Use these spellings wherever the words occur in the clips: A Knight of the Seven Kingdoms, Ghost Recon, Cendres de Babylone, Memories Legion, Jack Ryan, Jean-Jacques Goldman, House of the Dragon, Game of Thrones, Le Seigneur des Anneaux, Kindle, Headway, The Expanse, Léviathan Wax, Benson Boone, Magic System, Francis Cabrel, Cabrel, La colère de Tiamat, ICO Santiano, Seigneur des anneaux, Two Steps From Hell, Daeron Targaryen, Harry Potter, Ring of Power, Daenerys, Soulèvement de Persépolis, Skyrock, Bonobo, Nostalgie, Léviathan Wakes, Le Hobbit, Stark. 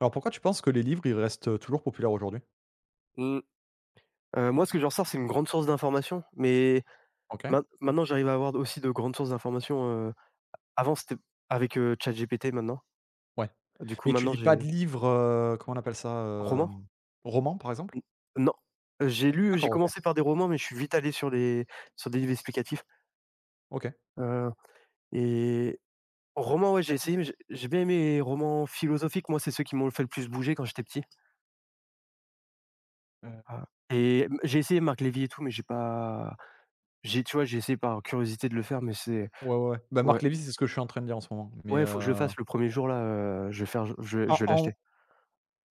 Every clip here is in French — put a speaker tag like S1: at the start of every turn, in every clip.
S1: Alors, pourquoi tu penses que les livres, ils restent, toujours populaires aujourd'hui?
S2: Mmh, moi, ce que j'en ressors, c'est une grande source d'information, mais
S1: OK,
S2: maintenant, j'arrive à avoir aussi de grandes sources d'informations, avant, c'était avec, ChatGPT, maintenant.
S1: ouais.
S2: Du coup,
S1: Mais tu
S2: maintenant,
S1: lis pas de
S2: j'ai
S1: livres, comment on appelle ça?
S2: roman?
S1: Hem, Romans, par exemple?
S2: N Non, j'ai
S1: D'accord, OK,
S2: commencé par des romans, mais je suis vite allé sur les sur des livres explicatifs,
S1: OK.
S2: heu et romans, ouais, j'ai
S1: Heu,
S2: essayé, mais j'ai bien aimé les romans philosophiques. Moi, c'est ceux qui m'ont fait le plus bouger quand j'étais petit,
S1: heu
S2: heu et m j'ai essayé Marc Lévy et tout, mais j'ai pas j'ai tu vois, j'ai essayé par curiosité de le faire, mais c'est
S1: Ouais, ouais, ouais. Bah, Marc
S2: ouais.
S1: Lévy, c'est ce que je suis en train de lire en ce moment, mais
S2: Ouais, faut que je le fasse le premier jour là, je vais faire
S1: en
S2: je vais l'acheter.
S1: en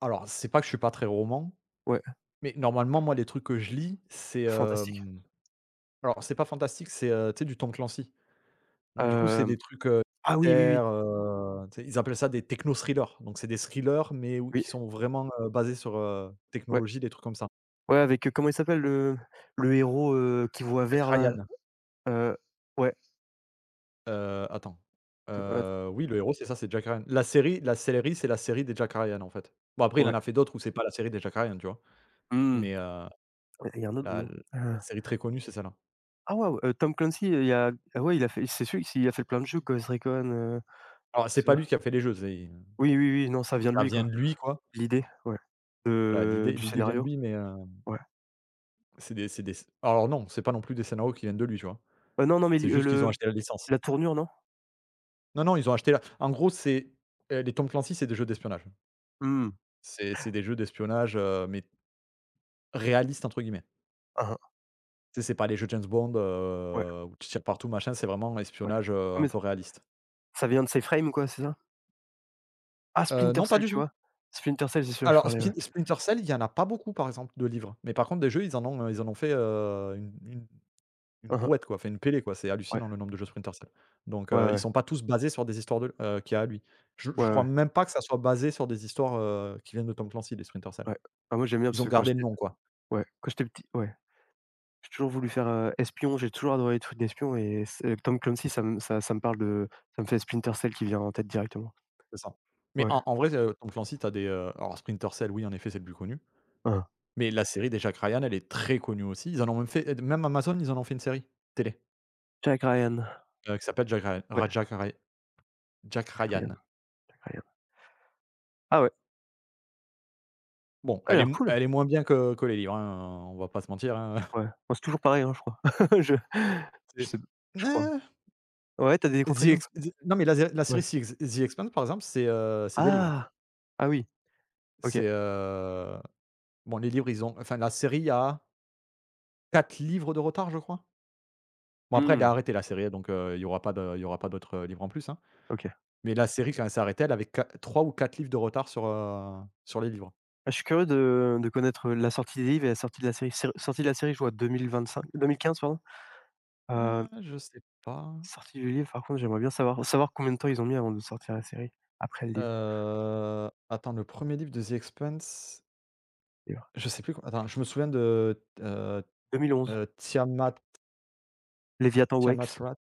S1: alors c'est pas que je suis pas très roman,
S2: Ouais,
S1: mais normalement, moi, les trucs que je lis, c'est,
S2: fantastique.
S1: alors c'est pas fantastique, c'est, tu sais, du Tom Clancy. Donc du coup, c'est
S2: Hem,
S1: des trucs,
S2: ah oui, oui, oui,
S1: terre, tu sais, ils appellent ça des techno-thrillers. Donc c'est des thrillers mais où
S2: oui,
S1: qui sont vraiment, basés sur,
S2: ouais.
S1: technologie, des trucs comme ça.
S2: Ouais, avec, comment il s'appelle le héros, qui voit
S1: Jack
S2: vert là?
S1: Ryan,
S2: Heu, ouais,
S1: attends,
S2: heu,
S1: oui, le héros, c'est ça, c'est Jack Ryan. La série, c'est la série des Jack Ryan, en fait. Bon, après, il en
S2: ouais.
S1: a fait d'autres où c'est pas la série des Jack Ryan, tu vois?
S2: Mmh,
S1: Mais,
S2: ouais, il y a un autre
S1: la
S2: nom.
S1: la série très connue, c'est celle-là.
S2: Ah waouh, Tom Clancy, il y a ah ouais, il a fait c'est celui s'il a fait plein de jeux, Ghost Recon,
S1: Alors,
S2: tout
S1: c'est pas
S2: ça.
S1: lui qui a fait les jeux, c'est
S2: Oui, oui, oui, non, ça vient de
S1: ça
S2: lui
S1: vient
S2: quoi.
S1: de lui, quoi.
S2: L'idée, ouais,
S1: Voilà,
S2: de
S1: l'idée
S2: du
S1: l'idée vient de
S2: scénario,
S1: lui, mais,
S2: ouais.
S1: c'est des alors non, c'est pas non plus des scénarios qui viennent de lui, tu vois?
S2: Non, non, mais
S1: C'est
S2: l'i
S1: juste qu'ils ont
S2: le
S1: acheté la licence.
S2: la tournure, non?
S1: Non, non, ils ont acheté la en gros, c'est, les Tom Clancy, c'est des jeux d'espionnage.
S2: Mmh.
S1: C'est des jeux d'espionnage, mais réalistes, entre guillemets.
S2: Mmh mh.
S1: Tu sais, c'est pas les jeux James Bond,
S2: Ouais,
S1: où tu tires partout machin, c'est vraiment un
S2: ouais.
S1: espionnage,
S2: Ouais
S1: un
S2: mais
S1: peu réaliste.
S2: ça vient de ces frames quoi, c'est ça? Ah Splinter
S1: Non, pas
S2: Cell,
S1: du
S2: tu
S1: tout.
S2: vois? Splinter Cell, c'est celui-là que je
S1: Alors
S2: parlais, ouais.
S1: Splinter Cell, il y en a pas beaucoup par exemple de livres, mais par contre des jeux, ils en ont fait, une
S2: Mmh mh.
S1: brouette quoi, fait une pellée quoi, c'est
S2: Ouais.
S1: hallucinant le nombre de jeux Splinter Cell. Donc
S2: Ouais,
S1: ils
S2: ouais.
S1: sont pas tous basés sur des histoires de qu'il y a à lui. Je
S2: Ouais,
S1: crois
S2: ouais.
S1: même pas que ça soit basé sur des histoires, qui viennent de Tom Clancy, les Splinter Cell.
S2: Ouais. Ah moi j'aime bien
S1: Ils
S2: parce
S1: ont
S2: que quand
S1: gardé le
S2: j'étais
S1: nom, quoi.
S2: ouais, quand j'étais petit ouais, j'ai toujours voulu faire, espion, j'ai toujours adoré les trucs d'espion et c'est Tom Clancy ça me parle de ça me fait Splinter Cell qui vient en tête directement.
S1: C'est ça. Mais
S2: Ouais.
S1: en vrai, Tom Clancy, t'as des, alors Splinter Cell, oui, en effet, c'est le plus connu.
S2: Hein, hein.
S1: Mais la série des Jack Ryan, elle est très connue aussi. Ils en ont même fait, même Amazon, ils en ont fait une série télé,
S2: Jack Ryan.
S1: qui s'appelle Jack Ryan
S2: Ouais,
S1: Ra Jack Ry Jack
S2: Jack Ryan,
S1: Ryan.
S2: Jack Ryan. Ah ouais,
S1: Bon,
S2: ah il a l'air cool.
S1: elle est moins bien que les livres, hein, on va pas se mentir, hein.
S2: Ouais. Bah, c'est toujours pareil, hein, je crois. Je je sais je crois.
S1: C'est
S2: Ouais, tu as des
S1: The Ex
S2: contre-exemples?
S1: The Non, mais la
S2: Ouais.
S1: série The Expanse, par exemple, c'est, des livres.
S2: Ah! Ah oui, OK.
S1: C'est, bon, les livres, ils ont enfin, la série a 4 livres de retard, je crois. Bon, après, elle a
S2: Mmh.
S1: arrêté la série, donc il y aura pas d'autres, livres en plus, hein.
S2: OK.
S1: Mais la série, quand elle s'est arrêtée, elle avait qua 3 ou quatre livres de retard sur les livres.
S2: Ah, je suis curieux de connaître la sortie des livres et la sortie de la série. Sé Sortie de la série, je vois 2025 2015 pardon. Heu,
S1: Ah, je sais pas.
S2: sortie du livre, par contre, j'aimerais bien savoir combien de temps ils ont mis avant de sortir la série, après le livre
S1: Attends, le premier livre de The Expanse,
S2: livre.
S1: je sais plus com attends, je me souviens de,
S2: 2011,
S1: heu, Tiamat
S2: Léviathan
S1: Tiamat
S2: Wax.
S1: Wrath.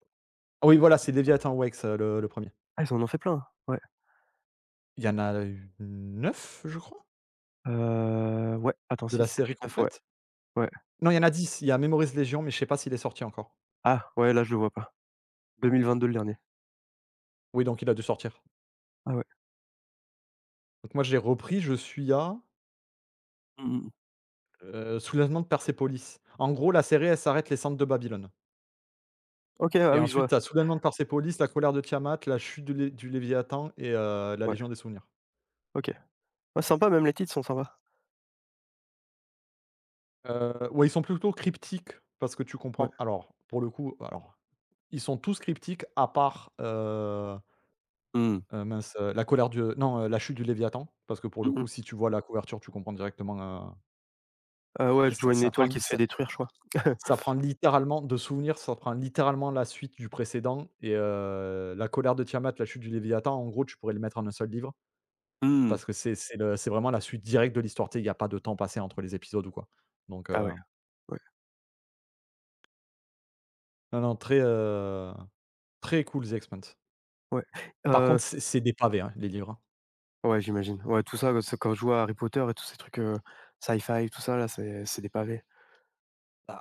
S1: Ah oui, voilà, c'est Léviathan Wakes, le 1.
S2: Ah, ils en ont fait plein, ouais.
S1: Il y en a eu 9, je crois?
S2: Ouais, attends
S1: De
S2: six,
S1: la
S2: sept,
S1: série
S2: huit, neuf ouais,
S1: complète?
S2: ouais.
S1: Non, il y en a 10. Il y a Memories Legion, mais je sais pas s'il est sorti encore.
S2: Ah, ouais, là, je le vois pas. 2022 le dernier.
S1: Oui, donc il a dû sortir.
S2: Ah ouais.
S1: Donc moi, je l'ai repris, je suis à,
S2: Mmh mh.
S1: Soulèvement de Persépolis. En gros, la série, elle s'arrête les Cendres de Babylone
S2: OK,
S1: et
S2: ah oui, je
S1: ensuite
S2: vois.
S1: tu as Soulèvement de Persépolis, la colère de Tiamat, la chute de lé du Léviathan et la
S2: Ouais,
S1: Légion des souvenirs.
S2: OK. Ouais, sympa, même les titres sont sympas.
S1: Ouais, ils sont plutôt cryptiques parce que tu
S2: Ouais.
S1: comprends, alors, pour le coup, alors, ils sont tous cryptiques à part,
S2: Mmh.
S1: Mince, La colère du non, La chute du Léviathan, parce que pour le
S2: Mmh mh.
S1: coup, si tu vois la couverture, tu comprends directement, heu
S2: Ah ouais,
S1: après
S2: je
S1: ça
S2: vois une
S1: ça
S2: étoile
S1: prend
S2: qui se fait
S1: ça
S2: détruire, je crois.
S1: ça prend littéralement de souvenir, ça prend littéralement la suite du précédent et La colère de Tiamat, La chute du Léviathan, en gros, tu pourrais les mettre en un seul livre
S2: Mmh.
S1: parce que c'est vraiment la suite directe de l'histoire, tu sais, il y a pas de temps passé entre les épisodes ou quoi. Donc
S2: Ah ouais, ouais,
S1: non, non, très cool The Expanse.
S2: ouais.
S1: Par
S2: Heu
S1: contre, c'est des pavés, hein, les livres, hein.
S2: ouais, j'imagine. Ouais, tout ça, c'est quand je joue à Harry Potter et tous ces trucs, sci-fi, tout ça là, c'est des pavés.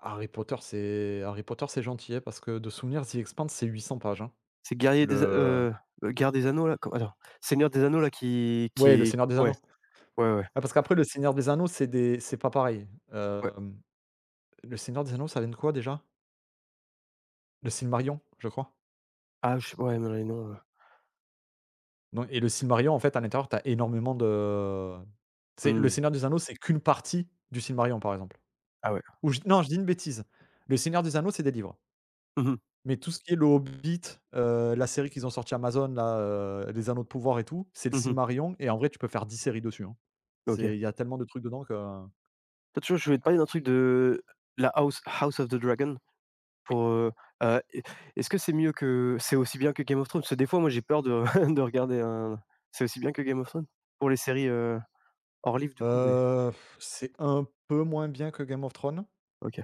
S1: Harry Potter, c'est gentil, hein, parce que de souvenir, The Expanse, c'est 800 pages, hein.
S2: C'est guerrier des a
S1: Le
S2: guerre des anneaux là? Seigneur des anneaux là qui
S1: Ouais, Le
S2: est
S1: Seigneur des
S2: ouais,
S1: Anneaux.
S2: ouais, ouais,
S1: Ouais, parce qu'après Le Seigneur des Anneaux, c'est pas pareil.
S2: ouais.
S1: Hem, Le Seigneur des Anneaux, ça vient de quoi déjà? Le Silmarillion, je crois?
S2: Ah je ouais, non, les noms,
S1: Non, et le Silmarillion, en fait, à l'intérieur, t'as énormément de c'est Le
S2: mmh.
S1: Seigneur des Anneaux, c'est qu'une partie du Silmarillion, par exemple.
S2: Ah ouais.
S1: Ou je non, je dis une bêtise. Le Seigneur des Anneaux, c'est des livres.
S2: Mmh mh.
S1: Mais tout ce qui est Le Hobbit, la série qu'ils ont sorti Amazon là, Les Anneaux de Pouvoir et tout, c'est le
S2: Mmh.
S1: Silmarillion et en vrai, tu peux faire 10 séries dessus, hein.
S2: OK.
S1: C'est Il y a tellement de trucs dedans que
S2: Toi, tu vois, je voulais te parler d'un truc de la House of the Dragon
S1: Oui?
S2: pour, heu, est est-ce que c'est mieux que c'est aussi bien que Game of Thrones? Parce que des fois, moi, j'ai peur de de regarder un c'est aussi bien que Game of Thrones? Pour les séries, hors livre du coup, mais
S1: Heu, c'est un peu moins bien que Game of Thrones,
S2: OK.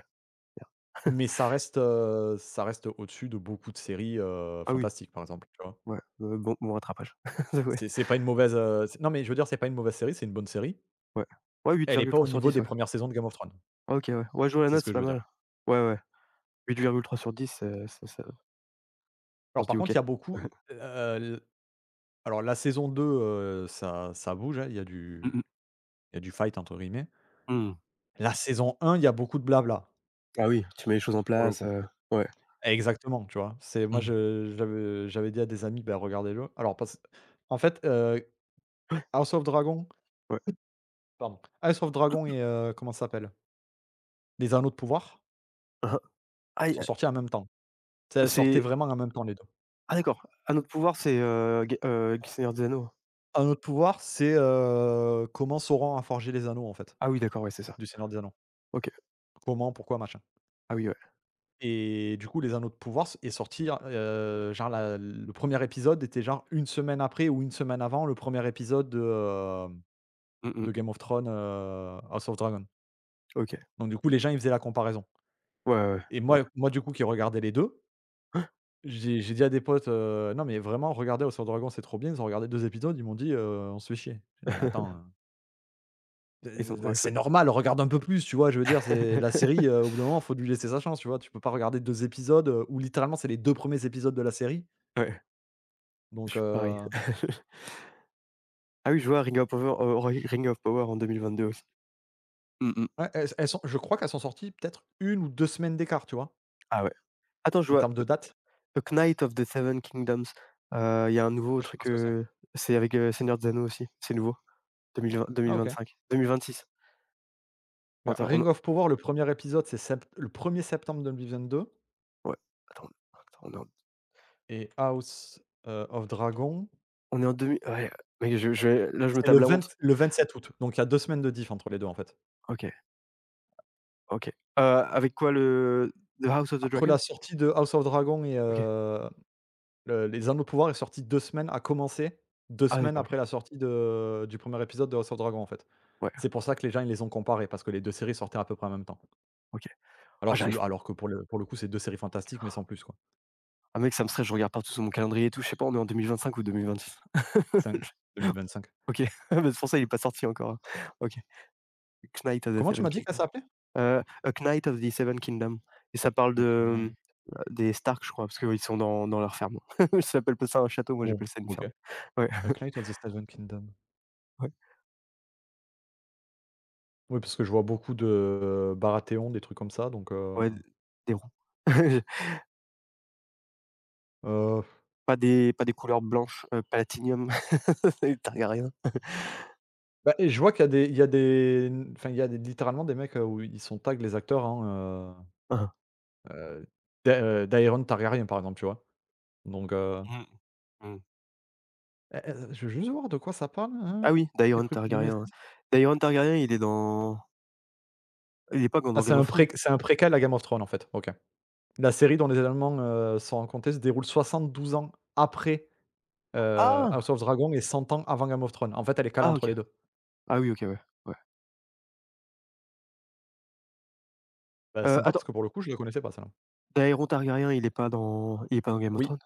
S1: mais ça reste au-dessus de beaucoup de séries,
S2: Ah oui.
S1: fantastiques, par exemple, tu vois?
S2: Ouais, bon rattrapage.
S1: C'est pas une mauvaise, c'est non, mais je veux dire, c'est pas une mauvaise série, c'est une bonne série.
S2: Ouais, ouais. Ouais,
S1: Elle est pas au
S2: 8,3 sur
S1: niveau
S2: 10,
S1: des
S2: ouais.
S1: premières saisons de Game of Thrones.
S2: Ah, OK, ouais. Ouais, je vois la
S1: C'est ce
S2: note, c'est
S1: que je
S2: pas
S1: veux dire.
S2: mal. Ouais, ouais, 8,3 sur 10, ça on
S1: Alors,
S2: se
S1: par
S2: dit:
S1: contre,
S2: «OK».
S1: il y a beaucoup l l alors la saison 2, ça bouge, hein, il y a
S2: Mmh mh.
S1: du «fight» entre guillemets.
S2: Mmh.
S1: La saison un, il y a beaucoup de blabla,
S2: Ah oui, tu mets les choses en
S1: pour le
S2: place,
S1: coup.
S2: ouais.
S1: Exactement, tu vois? C'est Moi,
S2: Mmh.
S1: je j'avais dit à des amis: «Ben, regardez-le». Alors parce en fait,
S2: Ouais,
S1: House of Dragon
S2: ouais.
S1: House of Dragon et comment ça s'appelle? Les Anneaux de pouvoir
S2: Hein, hein. Ah et
S1: sont sortis en même temps. Tu sais, elles sortaient
S2: c'est
S1: vraiment en même temps, les 2.
S2: ah d'accord, «Un autre pouvoir» c'est, Ga G Seigneur des Anneaux?
S1: Anneaux de pouvoir, c'est, comment Sauron a forgé les anneaux, en fait,
S2: Ah oui, d'accord, ouais, c'est ça.
S1: du Seigneur des Anneaux.
S2: OK.
S1: Comment, pourquoi, machin,
S2: Ah oui, ouais.
S1: et du coup, les Anneaux de pouvoir s est sorti, genre la le premier épisode était genre une semaine après ou une semaine avant le premier épisode de, hem,
S2: Mmh mh.
S1: de Game of Thrones, House of Dragon.
S2: OK.
S1: Donc du coup, les gens, ils faisaient la comparaison
S2: Ouais, ouais,
S1: et
S2: ouais,
S1: moi, du coup, qui regardais les 2. J'ai dit à des potes, «Non, mais vraiment, regardez House of Dragon, c'est trop bien». Ils ont regardé 2 épisodes, ils m'ont dit: On se fait chier». J'ai dit: «Non, mais attends,
S2: ouais. Ils ont
S1: bah,
S2: ouais, fun.
S1: c'est normal, regarde un peu plus», tu vois? Je veux dire, c'est la série, au bout d'un moment, faut lui laisser sa chance, tu vois? Tu peux pas regarder deux épisodes, où littéralement c'est les 2 premiers épisodes de la série,
S2: Ouais, je
S1: donc
S2: suis pareil. Ah oui, je vois Ring of Power, Ring of Power en 2022 aussi. Mmh mh.
S1: ouais, elles sont, je crois qu'elles sont sorties peut-être une ou 2 semaines d'écart, tu vois?
S2: Ah ouais. Attends, je
S1: En
S2: vois,
S1: termes de date.
S2: A Knight of the Seven Kingdoms. Il y a un nouveau
S1: Toi, je sais pas
S2: truc,
S1: ce que c'est.
S2: c'est avec, Seigneur des Anneaux aussi, c'est nouveau,
S1: Ah, OK.
S2: 2020-2025-2026.
S1: Bah,
S2: On
S1: Ring
S2: est
S1: of Power, le premier épisode, c'est sept le premier septembre 2022,
S2: ouais, attends,
S1: et House, of Dragon,
S2: on est en 2000 ouais, mec, je vais là, je me
S1: c'est le
S2: table la honte.
S1: 20 le 27 août, donc il y a 2 semaines de diff entre les deux, en fait.
S2: OK, OK. Avec quoi le The House of the
S1: Entre la
S2: Dragon?
S1: sortie de House of Dragon et
S2: OK.
S1: le Les Anneaux de Pouvoir est sortie 2 semaines, a commencé deux
S2: Ah
S1: semaines
S2: d'accord,
S1: après
S2: OK.
S1: la sortie de du premier épisode de House of Dragon, en fait.
S2: Ouais,
S1: C'est pour ça que les gens, ils les ont comparés parce que les 2 séries sortaient à peu près en même temps.
S2: OK. Ah
S1: Alors que c'est
S2: j'arrive
S1: alors que pour le coup, c'est deux séries fantastiques mais sans plus, quoi.
S2: ah mec, ça me stresse, je regarde partout sur mon calendrier et tout, je sais pas, on est en 2025 ou 2026?
S1: Cinq 2025.
S2: OK, bah, c'est pour ça il est pas sorti encore, hein. OK. Knight of the
S1: Comment tu
S2: Seven
S1: m'as dit qu'elle
S2: Kingdoms.
S1: s'appelait?
S2: A Knight of the Seven Kingdoms et ça parle
S1: A
S2: de,
S1: Knight
S2: mmh, des Stark, je crois, parce qu'ils sont dans leur ferme. Ça s'appelle pas ça un château, moi
S1: Bon,
S2: j'appelle ça une
S1: OK.
S2: ferme. Ouais,
S1: A Knight of the Seven Kingdoms.
S2: ouais,
S1: Oui, parce que je vois beaucoup de Baratheon, des trucs comme ça, donc
S2: ouais, des ronds.
S1: heu
S2: Pas des couleurs blanches, Platinium, les Targaryens.
S1: Bah, et je vois qu'il y a des enfin, il y a des littéralement des mecs, où ils sont tag les acteurs, hein,
S2: Hein,
S1: heu heu, d'Aeron Targaryen, par exemple, tu vois? Donc
S2: hein. Mmh.
S1: eh eh, je veux juste voir de quoi ça parle,
S2: Ah
S1: hein?
S2: oui,
S1: Qui est
S2: Daeron
S1: pris pour
S2: Targaryen, ouais.
S1: 2006?
S2: Daeron Targaryen, il est dans il est pas
S1: Ah,
S2: dans
S1: c'est
S2: Game
S1: un
S2: of Thrones?
S1: pré c'est un préquel à Game of Thrones, en fait. OK. La série dont les événements, sont racontés se déroule 72 ans après,
S2: Ah!
S1: House of Dragon et 100 ans avant Game of Thrones. En fait, elle est calée
S2: Ah
S1: entre
S2: OK.
S1: les deux.
S2: Ah oui, OK, ouais, ouais.
S1: Bah, sympa parce
S2: Attends,
S1: que pour le coup, je la connaissais pas celle-là.
S2: Daeron Targaryen, il est pas dans Game of
S1: Oui,
S2: Thrones?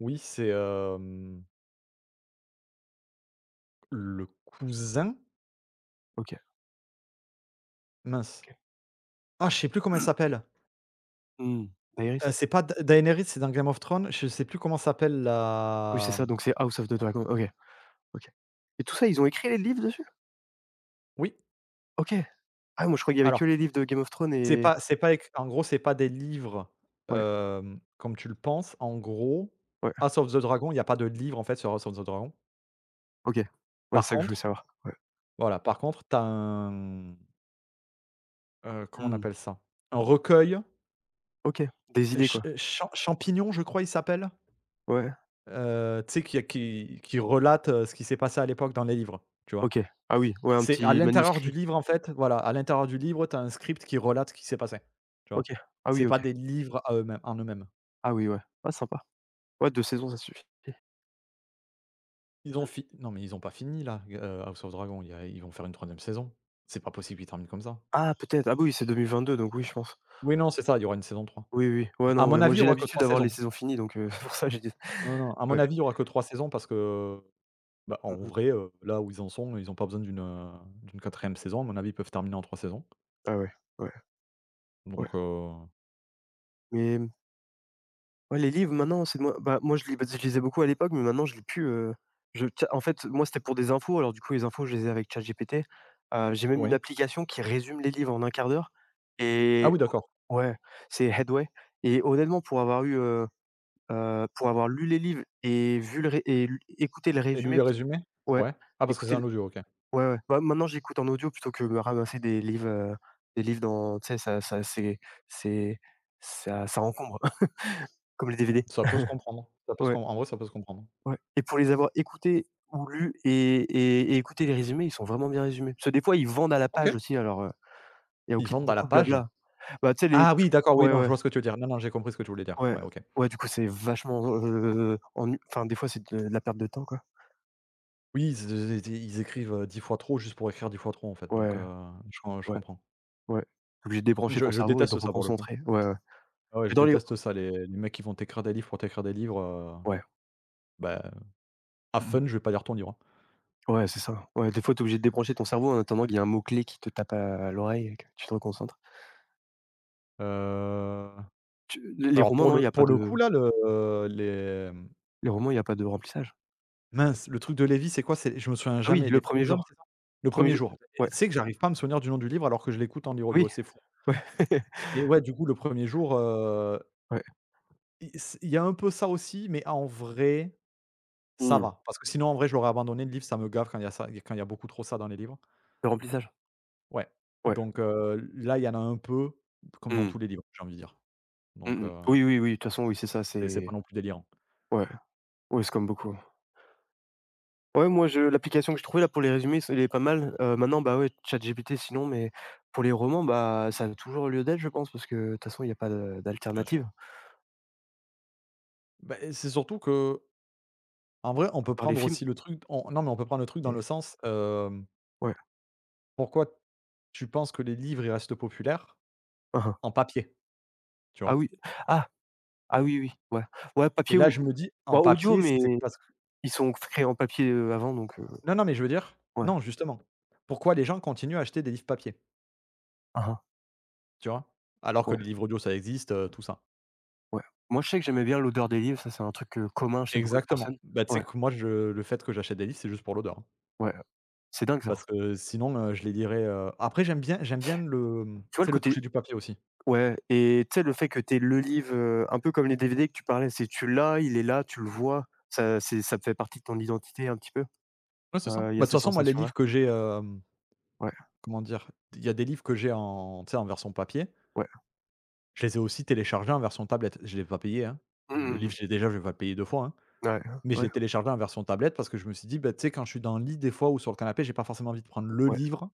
S1: oui, c'est, le cousin
S2: OK,
S1: mince.
S2: OK.
S1: Ah, je sais plus comment elle s'appelle.
S2: Mmh. Daenerys?
S1: C'est pas Da Daenerys, c'est dans Game of Thrones. Je sais plus comment s'appelle
S2: Ah oui, c'est
S1: la
S2: ça, donc c'est House of the Dragon. OK, OK. Et tout ça, ils ont écrit les livres dessus?
S1: oui,
S2: OK. Ah moi je crois qu'il y avait que
S1: alors,
S2: les livres de Game of Thrones
S1: c'est
S2: et
S1: pas c'est pas éc en gros, c'est pas des livres,
S2: ouais,
S1: comme tu le penses. En gros,
S2: ouais,
S1: House of the Dragon, il y a pas de livre, en fait, sur House of the Dragon.
S2: OK. Ouais,
S1: Par
S2: c'est ça que je voulais
S1: contre
S2: savoir, ouais.
S1: voilà, par contre, t'as un, comment on
S2: Mmh.
S1: appelle ça? Un recueil,
S2: OK, des idées
S1: Ch
S2: quoi.
S1: Champ Champignon, je crois, il s'appelle,
S2: Ouais,
S1: tu sais, qui relate, ce qui s'est passé à l'époque dans les livres, tu vois?
S2: OK. Ah oui, ouais, un
S1: C'est à
S2: petit
S1: l'intérieur du
S2: manuscrit.
S1: livre, en fait, voilà, à l'intérieur du livre, tu as un script qui relate ce qui s'est passé, tu vois?
S2: OK. Ah
S1: C'est
S2: oui, OK.
S1: pas des livres à eux-mêmes en eux-mêmes.
S2: Ah oui, ouais. Ah sympa. Ouais, 2 saisons, ça suffit.
S1: Ils ont
S2: Mmh.
S1: fi non, mais ils ont pas fini là, g House of Dragon, il y a ils vont faire une troisième saison. C'est pas possible qu'ils terminent comme ça.
S2: Ah peut-être, ah bah oui, c'est 2022 donc oui, je pense.
S1: Oui, non, c'est ça, il y aura une saison trois.
S2: Oui, oui, oui. Ouais,
S1: À
S2: non,
S1: mon
S2: ouais, moi
S1: avis, il y
S2: j'ai
S1: aura que
S2: l'habitude
S1: 3
S2: d'avoir les
S1: saisons.
S2: saisons finies donc c'est pour ça j'ai dit
S1: Non, non, à mon
S2: ouais.
S1: avis, il y aura que 3 saisons parce que, bah, en
S2: Mmh mh.
S1: vrai, là où ils en sont, ils ont pas besoin d'une, d'une 4 saison. À mon avis, ils peuvent terminer en 3 saisons
S2: Ah ouais, ouais, ouais.
S1: donc
S2: Mais ouais, les livres maintenant, c'est moi je lis parce je lisais beaucoup à l'époque, mais maintenant je lis plus, je tu en fait, moi c'était pour des infos, alors du coup les infos je les ai avec ChatGPT. J'ai même une
S1: oui.
S2: application qui résume les livres en un quart d'heure
S1: Ah
S2: et
S1: oui, d'accord.
S2: ouais, c'est Headway et honnêtement pour avoir eu, pour avoir lu les livres et vu le ré et lu écouté le
S1: Et lui
S2: résumé
S1: les
S2: parce
S1: résumés?
S2: ouais,
S1: Ouais. Ah parce que c'est
S2: écouter le
S1: un audio, OK.
S2: ouais, ouais. Bah, maintenant j'écoute en audio plutôt que me ramasser des livres dans tu sais ça ça c'est c'est ça ça encombre comme les DVD.
S1: Ça peut se comprendre, ça peut se
S2: Ouais.
S1: com en vrai, ça peut se comprendre.
S2: Ouais et pour les avoir écoutés ou lus et écouter les résumés, ils sont vraiment bien résumés. Parce que des fois, ils vendent à la
S1: OK.
S2: page aussi, alors, il y a
S1: Ils vendent à la
S2: beaucoup de
S1: page?
S2: blabla. Bah, tu sais les
S1: Ah oui, d'accord, oui,
S2: ouais,
S1: non, je
S2: ouais,
S1: vois ce que tu veux dire. Non, non, j'ai compris ce que tu voulais dire.
S2: ouais,
S1: Ouais, OK.
S2: ouais, du coup, c'est vachement, ennu enfin, des fois, c'est de la perte de temps, quoi.
S1: Oui, ze ze ze ils écrivent, 10 fois trop juste pour écrire 10 fois trop, en fait, donc
S2: Ouais,
S1: je com je
S2: ouais,
S1: comprends.
S2: ouais. Tu es obligé de débrancher
S1: Je
S2: ton
S1: je
S2: cerveau et de
S1: déteste ça, pour le coup.
S2: reconcentrer. Ouais, ouais.
S1: Ah ouais,
S2: Mais
S1: je
S2: dans les
S1: déteste ça, les mecs qui vont t'écrire des livres pour t'écrire des livres,
S2: ouais.
S1: bah, have
S2: Mmh mh.
S1: fun, je vais pas lire ton livre, hein.
S2: Ouais, c'est ça. Ouais, des fois, tu es obligé de débrancher ton cerveau en attendant qu'il y a un mot-clé qui te tape à l'oreille et que tu te reconcentres.
S1: Heu,
S2: Tu les
S1: alors
S2: romans,
S1: pour
S2: non, il y
S1: le
S2: a pas
S1: coup,
S2: de
S1: là, le les
S2: les romans, il y a pas de remplissage.
S1: mince, le truc de Lévi, c'est quoi? C'est je me souviens
S2: Ah oui,
S1: jamais. Les
S2: le premier
S1: premiers hommes, c'est
S2: jour.
S1: ça? Le
S2: Premier
S1: premier
S2: jeu
S1: jour. Et
S2: ouais,
S1: tu sais que j'arrive pas à me souvenir du nom du livre alors que je l'écoute en livre
S2: oui,
S1: audio, c'est fou.
S2: ouais,
S1: Et ouais, du coup, le premier jour,
S2: ouais.
S1: i s il y a un peu ça aussi, mais en vrai, ça
S2: Mmh,
S1: va. Parce que sinon, en vrai, je l'aurais abandonné le livre, ça me gave quand il y a ça, quand il y a beaucoup trop ça dans les livres.
S2: le remplissage.
S1: Ouais,
S2: Ouais,
S1: donc là, il y en a un peu comme dans
S2: mmh,
S1: tous les livres, j'ai envie de dire.
S2: mmh
S1: Donc
S2: mh. Oui, oui, oui, de toute façon, oui, c'est ça,
S1: et c'est pas
S2: c'est
S1: non plus délirant.
S2: ouais, ouais, c'est comme beaucoup. Ouais, moi, je l'application que je trouvais là pour les résumés, c'est elle est pas mal. Maintenant, bah, ouais, ChatGPT sinon, mais pour les romans, bah, ça a toujours lieu d'être, je pense, parce que de toute façon, il y a pas de
S1: Bien sûr.
S2: d'alternative,
S1: Beh, c'est surtout que en vrai, on
S2: à
S1: peut
S2: part les
S1: prendre
S2: films
S1: aussi le truc on non, mais on peut prendre le truc dans le
S2: et
S1: sens,
S2: ouais.
S1: pourquoi tu penses que les livres, ils restent populaires
S2: Hein, hein.
S1: en papier, tu
S2: Ah
S1: vois?
S2: oui, ah, ah oui, oui, ouais. Ouais,
S1: Et
S2: papier
S1: là, je
S2: ou
S1: me dis, en
S2: ouais, audio,
S1: papier,
S2: mais
S1: c'est parce que
S2: ils sont créés en papier, avant donc
S1: non, non, mais je veux dire
S2: ouais.
S1: non, justement. Pourquoi les gens continuent à acheter des livres papier,
S2: Hein, hein.
S1: tu vois? Alors que
S2: Ouais.
S1: les livres audio, ça existe, tout ça.
S2: Ouais. Moi, je sais que j'aimais bien l'odeur des livres, ça, c'est un truc, commun chez beaucoup de
S1: Exactement.
S2: personnes.
S1: Bah, tu sais
S2: Ouais,
S1: que moi, je le fait que j'achète des livres, c'est juste pour l'odeur, hein,
S2: ouais, c'est dingue
S1: parce
S2: ça.
S1: que sinon, je les lirais, après j'aime bien le, mmh, tu
S2: Tu vois le
S1: sais, le toucher
S2: côté
S1: du papier aussi.
S2: ouais et tu sais le fait que tu aies le livre, un peu comme les DVD que tu parlais, c'est tu l'as, il est là, tu le vois, ça c'est ça fait partie de ton identité un petit peu.
S1: Ouais, c'est ça.
S2: Il y a
S1: Bah, de toute
S2: cette
S1: façon, moi, les
S2: sensation
S1: livres
S2: là.
S1: que j'ai, hem
S2: Ouais,
S1: comment dire? Il y a des livres que j'ai en tu sais, en version papier.
S2: ouais.
S1: Je les ai aussi téléchargés en version tablette. Je ne l'ai pas payé, hein.
S2: Mmh
S1: Le
S2: mh, mmh.
S1: livre, je l'ai déjà, je vais pas le payer 2 fois, hein.
S2: Ouais,
S1: Mais je
S2: ouais,
S1: l'ai téléchargé en version tablette parce que je me suis dit: «Bah, tu sais, quand je suis dans le lit des fois ou sur le canapé, j'ai pas forcément envie de prendre le
S2: ouais,
S1: livre,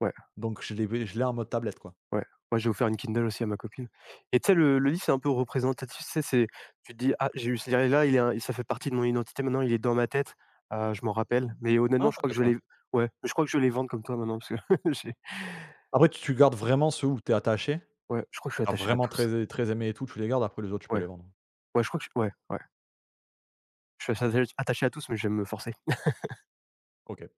S2: ouais.
S1: donc je l'ai en mode tablette, quoi».
S2: Ouais, moi j'ai offert une Kindle aussi à ma copine et tu sais le livre c'est un peu représentatif, tu sais? C'est tu te dis: «Ah j'ai eu ce livre-là, il est in ça fait partie de mon identité maintenant, il est dans ma tête, je m'en rappelle». Mais
S1: Ouais,
S2: honnêtement je crois que
S1: peut-être,
S2: je vais
S1: ouais.
S2: les ouais, je crois que je vais les vendre comme toi maintenant parce que j'ai
S1: Après, tu gardes vraiment ceux où tu es attaché.
S2: ouais, je crois que je suis
S1: Tu
S2: attaché à
S1: vraiment
S2: tous.
S1: très très aimé et tout, tu les gardes, après les autres, tu peux
S2: Ouais,
S1: les vendre.
S2: ouais je crois que je ouais, ouais. Je suis attaché à tous mais je vais me forcer.
S1: OK.